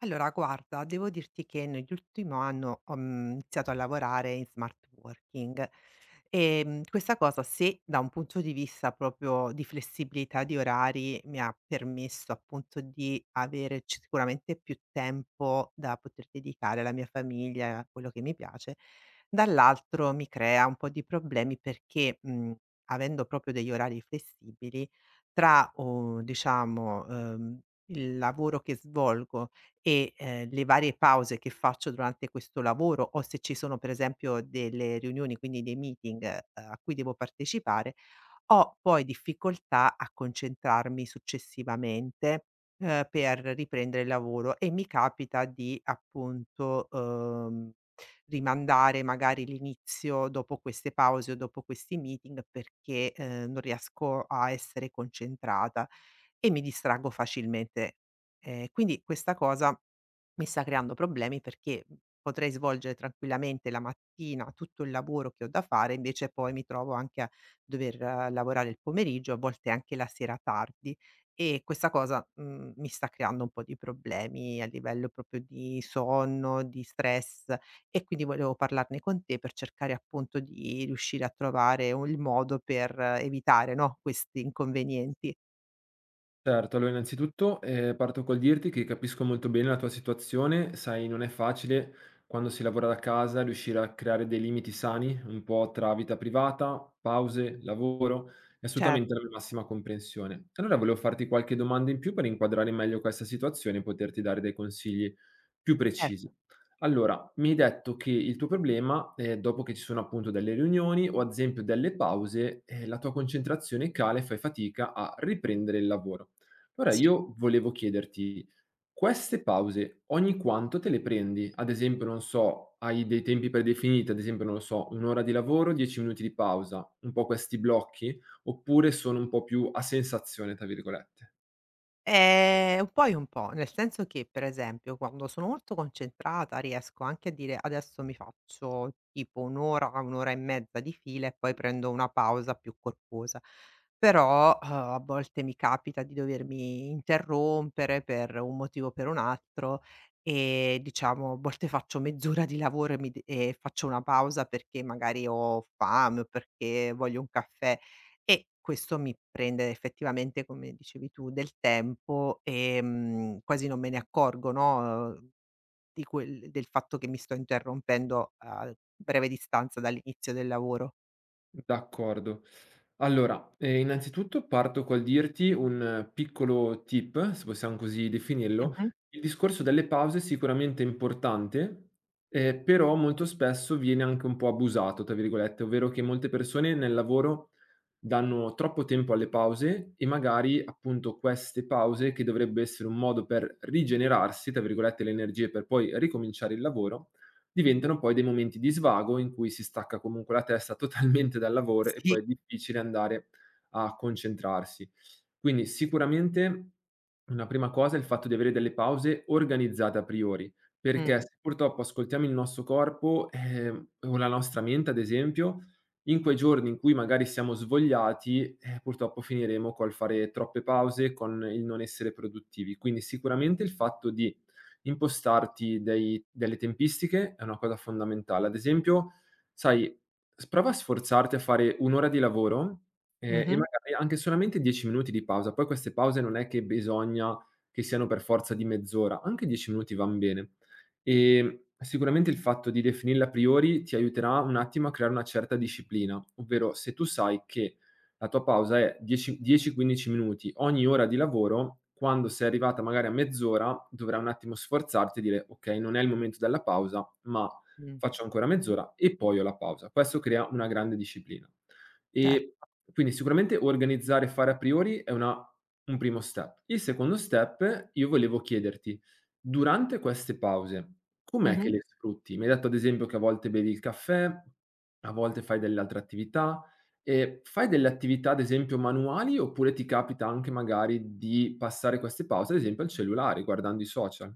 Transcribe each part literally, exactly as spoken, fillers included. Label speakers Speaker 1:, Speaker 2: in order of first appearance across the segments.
Speaker 1: Allora, guarda, devo dirti che nell'ultimo anno ho mm, iniziato a lavorare in smart working e mm, questa cosa, se da un punto di vista proprio di flessibilità di orari, mi ha permesso appunto di avere ci- sicuramente più tempo da poter dedicare alla mia famiglia, a quello che mi piace, dall'altro mi crea un po' di problemi perché mm, avendo proprio degli orari flessibili, tra oh, diciamo ehm, il lavoro che svolgo e, ehm, le varie pause che faccio durante questo lavoro o se ci sono per esempio delle riunioni, quindi dei meeting, ehm, a cui devo partecipare, ho poi difficoltà a concentrarmi successivamente, ehm, per riprendere il lavoro e mi capita di appunto, uhm, rimandare magari l'inizio dopo queste pause o dopo questi meeting perché, ehm, non riesco a essere concentrata. E mi distraggo facilmente. Ehm, quindi questa cosa mi sta creando problemi perché, mhmm, potrei svolgere tranquillamente la mattina tutto il lavoro che ho da fare, invece poi mi trovo anche a dover eh, lavorare il pomeriggio, a volte anche la sera tardi e questa cosa, mhmm, mi sta creando un po' di problemi a livello proprio di sonno, di stress e quindi volevo parlarne con te per cercare appunto di riuscire a trovare un il modo per eh, evitare, no, questi inconvenienti.
Speaker 2: Certo, allora innanzitutto, ehm, parto col dirti che capisco molto bene la tua situazione. Sai, non è facile quando si lavora da casa riuscire a creare dei limiti sani, un po' tra vita privata, pause, lavoro, e
Speaker 1: Certo.
Speaker 2: assolutamente la mia massima comprensione. Allora volevo farti qualche domanda in più per inquadrare meglio questa situazione e poterti dare dei consigli più
Speaker 1: Certo,
Speaker 2: precisi. Allora, mi hai detto che il tuo problema è dopo che ci sono appunto delle riunioni o ad esempio delle pause, ehm, la tua concentrazione cala e fai fatica a riprendere il lavoro. Allora
Speaker 1: sì.
Speaker 2: io volevo chiederti, queste pause ogni quanto te le prendi? Ad esempio, non so, hai dei tempi predefiniti, ad esempio, non lo so, un ora di lavoro, dieci minuti di pausa, un po' questi blocchi, oppure sono un po' più "a sensazione" tra virgolette?
Speaker 1: Ehm, un po' e un po', nel senso che, per esempio, quando sono molto concentrata riesco anche a dire: "Adesso mi faccio tipo un' ora, un' ora e mezza di fila e poi prendo una pausa più corposa". Però, uhm, a volte mi capita di dovermi interrompere per un motivo o per un altro e diciamo, a volte faccio mezz'ora di lavoro e mi de e faccio una pausa perché magari ho fame o perché voglio un caffè. E questo mi prende effettivamente, come dicevi tu, del tempo, ehm, quasi non me ne accorgo, no, uhm, di quel del fatto che mi sto interrompendo a breve distanza dall'inizio del lavoro.
Speaker 2: D'accordo. Allora, ehm, innanzitutto parto col dirti un eh, piccolo tip, se possiamo così definirlo.
Speaker 1: Mh-mh.
Speaker 2: Il discorso delle pause è sicuramente importante, ehm, però molto spesso viene anche un po' "abusato", tra virgolette, ovvero che molte persone nel lavoro danno troppo tempo alle pause e magari appunto queste pause, che dovrebbe essere un modo per "rigenerarsi" tra virgolette le energie per poi ricominciare il lavoro, diventano poi dei momenti di svago in cui si stacca comunque la testa totalmente dal lavoro e poi
Speaker 1: Sì.
Speaker 2: è difficile andare a concentrarsi. Quindi sicuramente una prima cosa è il fatto di avere delle pause organizzate a priori,
Speaker 1: Mh.
Speaker 2: perché Mh. se purtroppo ascoltiamo il nostro corpo, ehm, o la nostra mente ad esempio, in quei giorni in cui magari siamo svogliati, eh, purtroppo finiremo col fare troppe pause, con il non essere produttivi. Quindi sicuramente il fatto di impostarti dei delle tempistiche è una cosa fondamentale. Ad esempio, sai, s prova a sforzarti a fare uno ora di lavoro, ehm, e
Speaker 1: Mh-mh.
Speaker 2: magari anche solamente dieci minuti di pausa. Poi queste pause non è che bisogna che siano per forza di mezz'ora, anche dieci minuti van bene. Ehm, sicuramente il fatto di definirla a priori ti aiuterà un attimo a creare una certa disciplina, ovvero se tu sai che la tua pausa è dieci dieci quindici minuti ogni ora di lavoro, quando sei arrivata magari a mezz'ora dovrai un attimo sforzarti e dire: "Okay, non è il momento della pausa, ma
Speaker 1: Mh.
Speaker 2: faccio ancora mezz'ora e poi ho la pausa." Questo crea una grande disciplina.
Speaker 1: Cer
Speaker 2: E quindi sicuramente organizzare e fare a priori è una un primo step. Il secondo step io volevo chiederti: durante queste pause, com'è che Mh.
Speaker 1: Mh-mh.
Speaker 2: le sfrutti? Mi hai detto ad esempio che a volte bevi il caffè, a volte fai delle altre attività, ehm, fai delle attività ad esempio manuali, oppure ti capita anche magari di passare queste pause ad esempio al cellulare, guardando i social?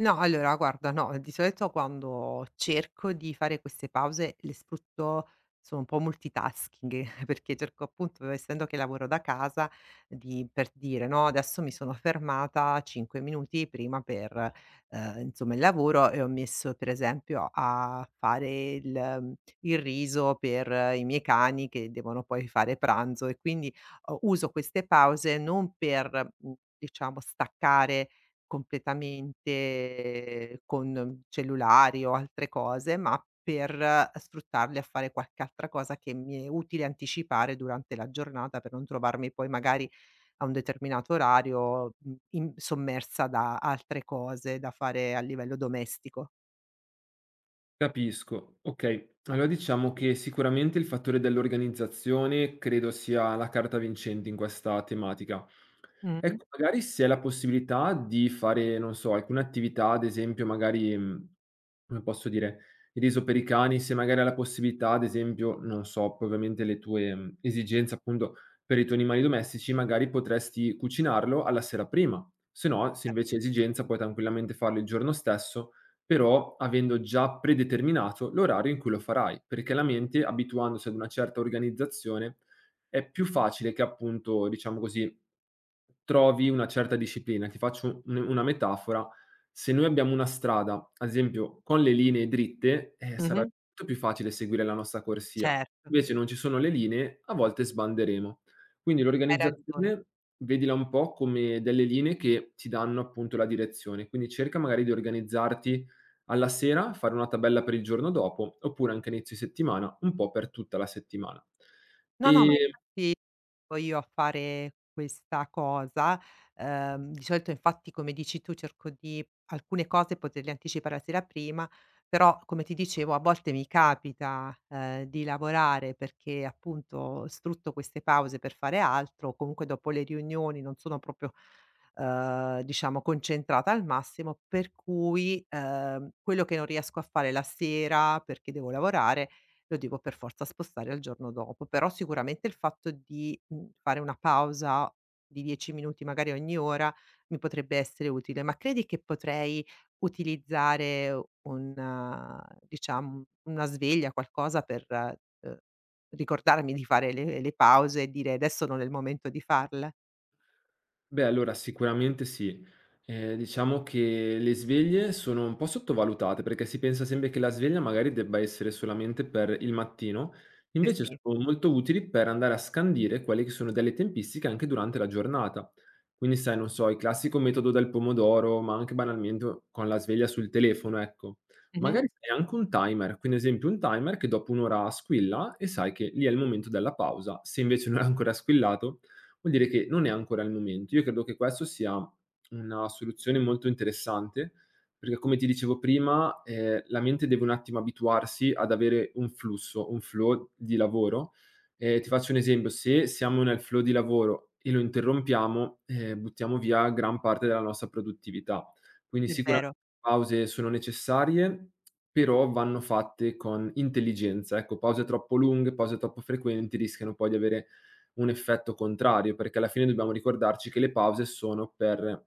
Speaker 1: No, allora guarda, no, di solito quando cerco di fare queste pause le sfrutto, sono un po' multitasking, perché cerco appunto, essendo che lavoro da casa, di per dire, no, adesso mi sono fermata cinque minuti prima per, eh, insomma, il lavoro e ho messo per esempio a fare il, ehm, il riso per eh, i miei cani che devono poi fare pranzo e quindi eh, uso queste pause non per, mm, diciamo, staccare completamente con cellulari o altre cose, ma per sfruttarli a fare qualche altra cosa che mi è utile anticipare durante la giornata per non trovarmi poi magari a un determinato orario, mhmm, in sommersa da altre cose da fare a livello domestico.
Speaker 2: Capisco. Okay, allora diciamo che sicuramente il fattore dell'organizzazione credo sia la carta vincente in questa tematica.
Speaker 1: Mh-mh,
Speaker 2: Ecco, magari se hai la possibilità di fare, non so, alcune attività, ad esempio magari, mhmm, come posso dire, il riso per i cani, se magari hai la possibilità, ad esempio, non so, poi ovviamente le tue, mhmm, esigenze appunto per i tuoi animali domestici, magari potresti cucinarlo alla sera prima, se no, se invece hai esigenza puoi tranquillamente farlo il giorno stesso però avendo già predeterminato l'orario in cui lo farai, perché la mente abituandosi ad una certa organizzazione è più facile che appunto, diciamo così, trovi una certa disciplina. Ti faccio un- una metafora: se noi abbiamo una strada, ad esempio con le linee dritte, eh, sarà
Speaker 1: mh-mh,
Speaker 2: molto più facile seguire la nostra corsia,
Speaker 1: certo,
Speaker 2: invece non ci sono le linee, a volte sbanderemo. Quindi
Speaker 1: hai ragione.
Speaker 2: l'organizzazione vedila un po' come delle linee che ti danno appunto la direzione, quindi cerca magari di organizzarti alla sera fare una tabella per il giorno dopo, oppure anche a inizio settimana, un po' per tutta la settimana.
Speaker 1: No, no, ma
Speaker 2: Ehm
Speaker 1: infatti poi io a fare questa cosa, ehm, di solito infatti come dici tu cerco di alcune cose poterle anticipare la sera prima, però come ti dicevo a volte mi capita, ehm, di lavorare perché appunto sfrutto queste pause per fare altro, comunque dopo le riunioni non sono proprio, ehm, diciamo concentrata al massimo, per cui, ehm, quello che non riesco a fare la sera perché devo lavorare lo devo per forza spostare al giorno dopo. Però sicuramente il fatto di, mhmm, fare una pausa di dieci minuti magari ogni ora mi potrebbe essere utile. Ma credi che potrei utilizzare un, diciamo, una sveglia, qualcosa per, uhm, ricordarmi di fare le le pause e dire: "Adesso non è il momento di farle"?
Speaker 2: Beh, allora sicuramente sì. Ehm, diciamo che le sveglie sono un po' sottovalutate, perché si pensa sempre che la sveglia magari debba essere solamente per il mattino,
Speaker 1: Eh
Speaker 2: invece Mh.
Speaker 1: sì.
Speaker 2: sono molto utili per andare a scandire quelle che sono delle tempistiche anche durante la giornata. Quindi sai, non so, il classico metodo del pomodoro, ma anche banalmente con la sveglia sul telefono, ecco.
Speaker 1: Mh-mh.
Speaker 2: Magari sai anche un timer, quindi ad esempio un timer che dopo un ora squilla e sai che lì è il momento della pausa. Se invece non è ancora squillato vuol dire che non è ancora il momento. Io credo che questo sia una soluzione molto interessante, perché come ti dicevo prima, ehm, la mente deve un attimo abituarsi ad avere un flusso, un flow di lavoro. Ehm, ti faccio un esempio: se siamo nel flow di lavoro e lo interrompiamo, ehm, buttiamo via gran parte della nostra produttività. Quindi
Speaker 1: È vero.
Speaker 2: sicuramente le pause sono necessarie, però vanno fatte con intelligenza. Ecco, pause troppo lunghe, pause troppo frequenti rischiano poi di avere un effetto contrario, perché alla fine dobbiamo ricordarci che le pause sono per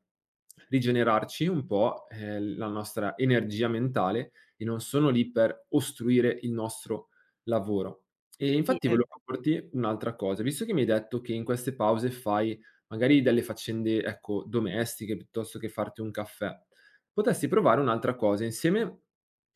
Speaker 2: rigenerarci un po', ehm, la nostra energia mentale e non sono lì per ostruire il nostro lavoro. E
Speaker 1: Sì.
Speaker 2: infatti
Speaker 1: È ve
Speaker 2: volevo proporti un'altra cosa, visto che mi hai detto che in queste pause fai magari delle faccende, ecco, domestiche piuttosto che farti un caffè, potresti provare un'altra cosa insieme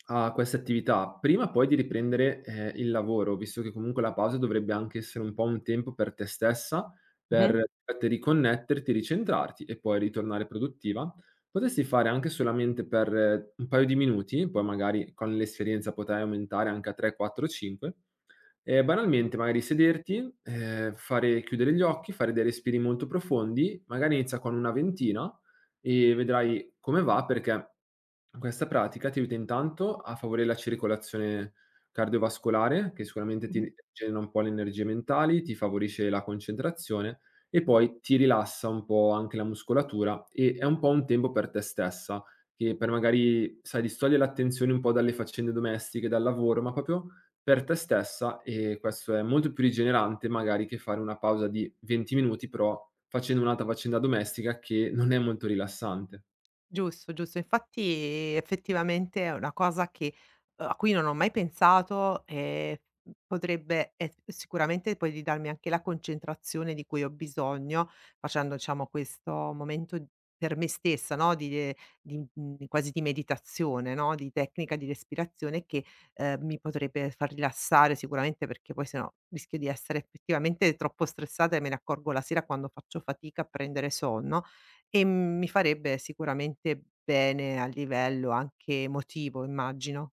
Speaker 2: a queste attività, prima poi di riprendere, ehm, il lavoro, visto che comunque la pausa dovrebbe anche essere un po' un tempo per te stessa,
Speaker 1: mh-mh.
Speaker 2: per te riconnetterti, ricentrarti e poi ritornare produttiva. Potresti fare anche solamente per eh, un paio di minuti, poi magari con l'esperienza potrai aumentare anche a tre, quattro, cinque, ehm, banalmente magari sederti, ehm, fare chiudere gli occhi, fare dei respiri molto profondi, magari inizia con una ventina e vedrai come va perché questa pratica ti aiuta intanto a favorire la circolazione cardiovascolare, che sicuramente ti
Speaker 1: Mh-mh.
Speaker 2: rigenera un po' le energie mentali, ti favorisce la concentrazione e poi ti rilassa un po' anche la muscolatura e è un po' un tempo per te stessa, che per magari, sai, distogliere l'attenzione un po' dalle faccende domestiche, dal lavoro, ma proprio per te stessa e questo è molto più rigenerante magari che fare una pausa di venti minuti, però facendo un'altra faccenda domestica che non è molto rilassante.
Speaker 1: Giusto, giusto. Infatti effettivamente è una cosa che, uhm, a cui non ho mai pensato e potrebbe e sicuramente poi di darmi anche la concentrazione di cui ho bisogno facendo, diciamo, questo momento per me stessa, no, di de di mhmm, quasi di meditazione, no, di tecnica di respirazione che, ehm, mi potrebbe far rilassare sicuramente perché poi sennò rischio di essere effettivamente troppo stressata e me ne accorgo la sera quando faccio fatica a prendere sonno. E mi farebbe sicuramente bene a livello anche emotivo, immagino.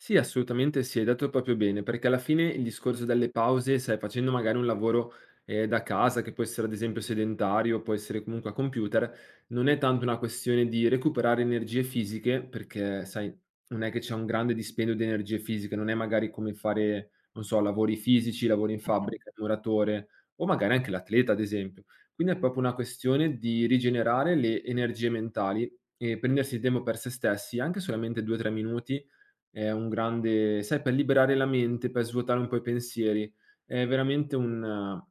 Speaker 2: Sì, assolutamente sì, hai detto proprio bene, perché alla fine il discorso delle pause, stai facendo magari un lavoro eh, da casa, che può essere ad esempio sedentario, può essere comunque a computer, non è tanto una questione di recuperare energie fisiche, perché sai, non è che c'è un grande dispendio di energie fisiche, non è magari come fare, non so, lavori fisici, lavori in
Speaker 1: Mh-mh,
Speaker 2: fabbrica, il muratore o magari anche l'atleta, ad esempio. Quindi è proprio una questione di rigenerare le energie mentali e prendersi il tempo per se stessi, anche solamente due tre minuti è un grande sai per liberare la mente, per svuotare un po' i pensieri. È veramente un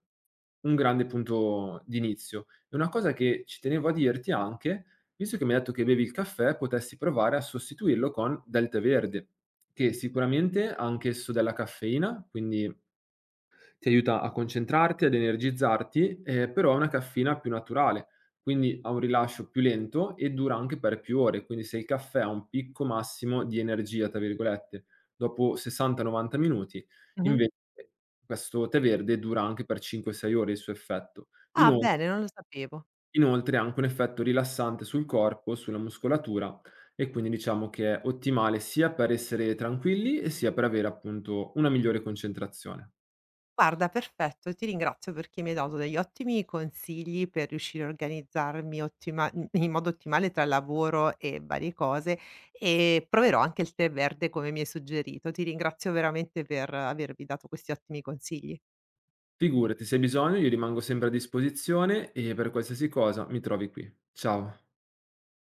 Speaker 2: un grande punto d'inizio. E una cosa che ci tenevo a dirti anche, visto che mi hai detto che bevi il caffè, potessi provare a sostituirlo con del tè verde, che sicuramente ha anch'esso della caffeina, quindi ti aiuta a concentrarti, ad energizzarti, ehm, però è una caffeina più naturale, quindi ha un rilascio più lento e dura anche per più ore. Quindi se il caffè ha un "picco massimo di energia", tra virgolette, dopo sessanta, novanta minuti,
Speaker 1: mh-mh.
Speaker 2: invece questo tè verde dura anche per cinque, sei ore il suo effetto.
Speaker 1: Ah,
Speaker 2: Inon
Speaker 1: bene, non lo sapevo.
Speaker 2: Inoltre ha anche un effetto rilassante sul corpo, sulla muscolatura e quindi diciamo che è ottimale sia per essere tranquilli e sia per avere appunto una migliore concentrazione.
Speaker 1: Guarda, perfetto, ti ringrazio perché mi hai dato degli ottimi consigli per riuscire a organizzarmi ottima mhmm, in modo ottimale tra lavoro e varie cose, e proverò anche il tè verde come mi hai suggerito. Ti ringrazio veramente per avermi dato questi ottimi consigli.
Speaker 2: Figurati, se hai bisogno io rimango sempre a disposizione e per qualsiasi cosa mi trovi qui. Ciao.